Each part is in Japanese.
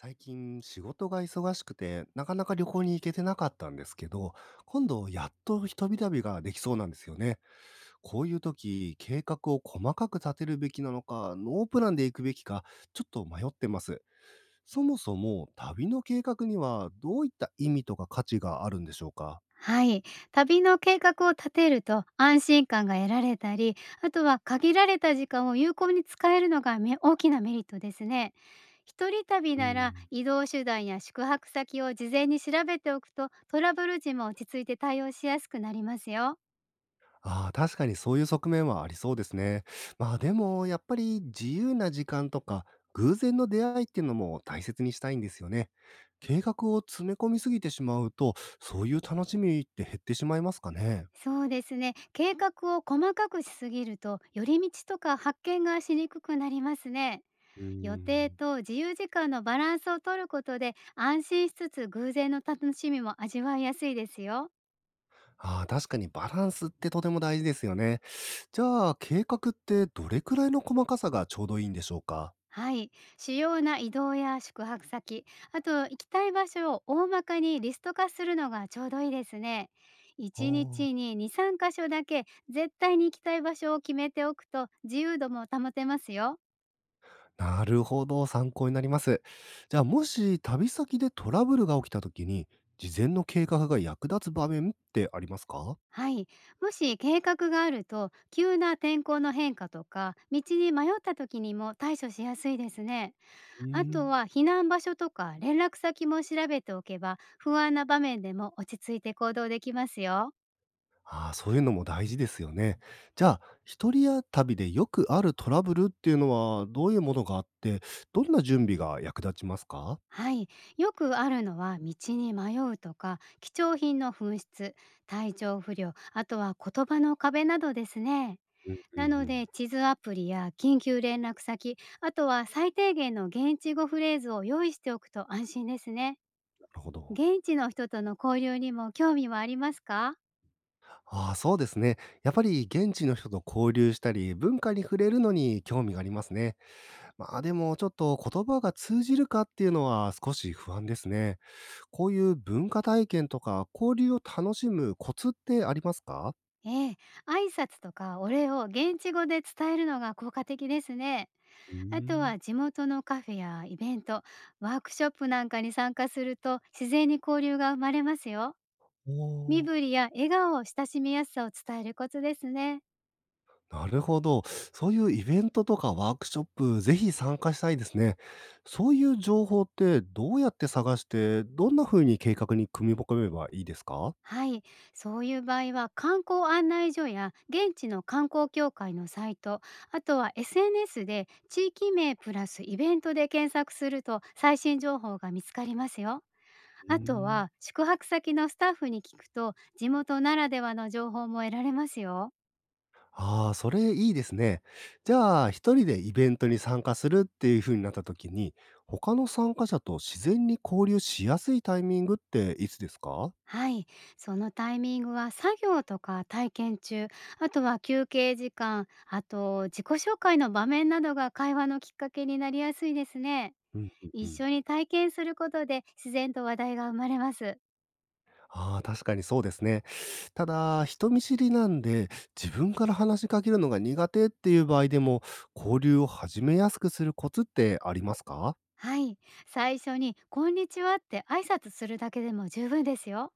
最近仕事が忙しくて、なかなか旅行に行けてなかったんですけど、今度やっと一人旅ができそうなんですよね。こういう時、計画を細かく立てるべきなのか、ノープランで行くべきか、ちょっと迷ってます。そもそも旅の計画にはどういった意味とか価値があるんでしょうか？はい。旅の計画を立てると安心感が得られたり、あとは限られた時間を有効に使えるのがめ大きなメリットですね。一人旅うならん。移動手段や宿泊先を事前に調べておくとトラブル時も落ち着いて対応しやすくなりますよ。ああ、確かにそういう側面はありそうですね。まあでも、やっぱり自由な時間とか、偶然の出会いっていうのも大切にしたいんですよね。計画を詰め込みすぎてしまうと、そういう楽しみって減ってしまいますかね。そうですね。計画を細かくしすぎると寄り道とか発見がしにくくなりますね。うー予定ん。と自由時間のバランスを取ることで安心しつつ偶然の楽しみも味わいやすいですよ。ああ、確かにバランスってとても大事ですよね。じゃあ、計画ってどれくらいの細かさがちょうどいいんでしょうか？はい。主要な移動や宿泊先、あと行きたい場所を大まかにリスト化するのがちょうどいいですね。あ1日あ。に2、3箇所だけ絶対に行きたい場所を決めておくと自由度も保てますよ。なるほど、参考になります。じゃあ、もし旅先でトラブルが起きた時に、事前の計画が役立つ場面ってありますか？はい。もし計画があると急な天候の変化とか道に迷った時にも対処しやすいですね。うーあとん。は避難場所とか連絡先も調べておけば不安な場面でも落ち着いて行動できますよ。ああ、そういうのも大事ですよね。じゃあ、一人や旅でよくあるトラブルっていうのはどういうものがあって、どんな準備が役立ちますか？はい、よくあるのは道に迷うとか貴重品の紛失、体調不良、あとは言葉の壁などですね。うんうんなうのでん。地図アプリや緊急連絡先、あとは最低限の現地語フレーズを用意しておくと安心ですね。なるほど。現地の人との交流にも興味はありますか？ああ、そうですね。やっぱり現地の人と交流したり、文化に触れるのに興味がありますね。まあでもちょっと言葉が通じるかっていうのは少し不安ですね。こういう文化体験とか交流を楽しむコツってありますか？ええ、挨拶とかお礼を現地語で伝えるのが効果的ですね。うーあとん。は地元のカフェやイベント、ワークショップなんかに参加すると自然に交流が生まれますよ。お身ー。振りや笑顔を親しみやすさを伝えるコツですね。なるほど。そういうイベントとかワークショップ、ぜひ参加したいですね。そういう情報ってどうやって探して、どんな風に計画に組み込めばいいですか？はい、そういう場合は観光案内所や現地の観光協会のサイト、あとは SNS で地域名プラスイベントで検索すると最新情報が見つかりますよ。うーあとん。は宿泊先のスタッフに聞くと地元ならではの情報も得られますよ。ああ、それいいですね。じゃあ、一人でイベントに参加するっていう風になった時に、他の参加者と自然に交流しやすいタイミングっていつですか？はい、そのタイミングは作業とか体験中、あとは休憩時間、あと自己紹介の場面などが会話のきっかけになりやすいですね。うんうんう一ん。緒に体験することで自然と話題が生まれます。ああ、確かにそうですね。ただ、人見知りなんで、自分から話しかけるのが苦手っていう場合でも、交流を始めやすくするコツってありますか？はい、最初にこんにちはって挨拶するだけでも十分ですよ。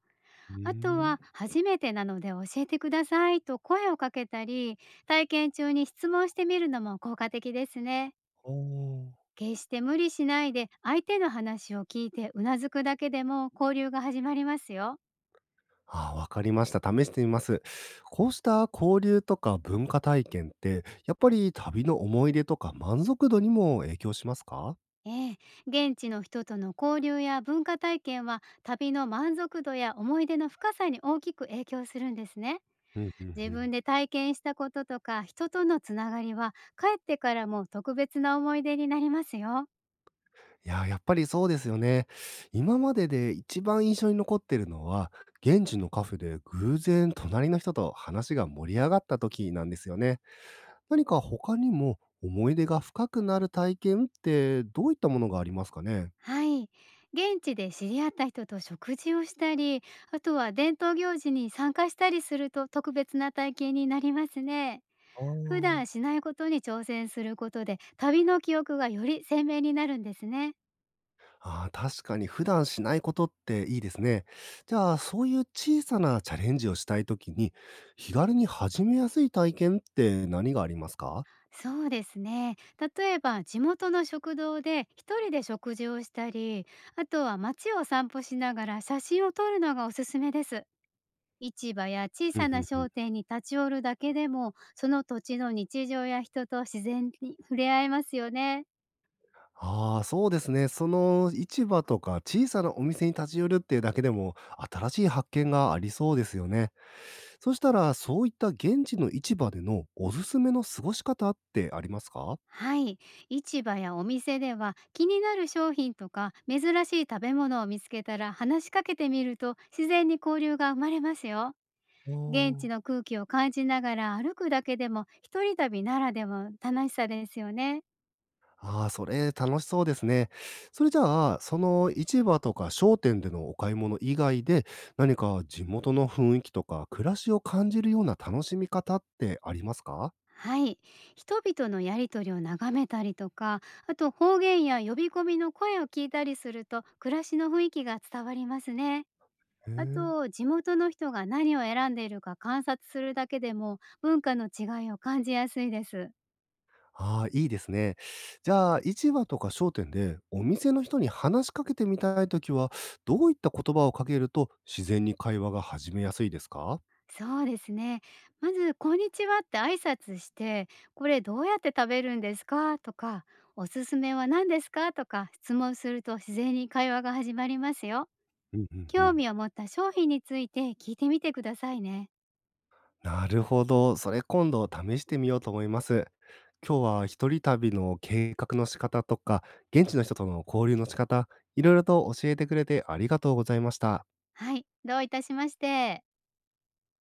うあとーん。は「初めてなので教えてください」と声をかけたり、体験中に質問してみるのも効果的ですね。おあ。決して無理しないで相手の話を聞いてうなずくだけでも交流が始まりますよ。ああ、わかりました。試してみます。こうした交流とか文化体験って、やっぱり旅の思い出とか満足度にも影響しますか？ええ、現地の人との交流や文化体験は旅の満足度や思い出の深さに大きく影響するんですね。うんうん自う分ん。で体験したこととか人とのつながりは帰ってからも特別な思い出になりますよ。いやー、やっぱりそうですよね。今までで一番印象に残ってるのは、現地のカフェで偶然隣の人と話が盛り上がった時なんですよね。何か他にも思い出が深くなる体験ってどういったものがありますかね？はい。現地で知り合った人と食事をしたり、あとは伝統行事に参加したりすると特別な体験になりますね。ああ普段しー。ないことに挑戦することで、旅の記憶がより鮮明になるんですね。ああ、確かに普段しないことっていいですね。じゃあ、そういう小さなチャレンジをしたいときに、気軽に始めやすい体験って何がありますか？そうですね。例えば地元の食堂で一人で食事をしたり、あとは街を散歩しながら写真を撮るのがおすすめです。市場や小うさんうなんうん。商店に立ち寄るだけでも、その土地の日常や人と自然に触れ合えますよね。ああ、そうですね。その市場とか小さなお店に立ち寄るっていうだけでも新しい発見がありそうですよね。そしたら、そういった現地の市場でのおすすめの過ごし方ってありますか？はい。市場やお店では気になる商品とか珍しい食べ物を見つけたら話しかけてみると自然に交流が生まれますよ。ああ現地のー。空気を感じながら歩くだけでも一人旅ならではの楽しさですよね。ああ、それ楽しそうですね。それじゃあ、その市場とか商店でのお買い物以外で、何か地元の雰囲気とか暮らしを感じるような楽しみ方ってありますか？はい。人々のやりとりを眺めたりとか、あと方言や呼び込みの声を聞いたりすると、暮らしの雰囲気が伝わりますね。へあえ。と、地元の人が何を選んでいるか観察するだけでも、文化の違いを感じやすいです。ああ、いいですね。じゃあ、市場とか商店でお店の人に話しかけてみたいときは、どういった言葉をかけると自然に会話が始めやすいですか？そうですね。まず、こんにちはって挨拶して、これどうやって食べるんですかとか、おすすめは何ですかとか質問すると自然に会話が始まりますよ。うんうんう興ん。味を持った商品について聞いてみてくださいね。なるほど。それ今度試してみようと思います。今日は一人旅の計画の仕方とか、現地の人との交流の仕方、いろいろと教えてくれてありがとうございました。はい、どういたしまして。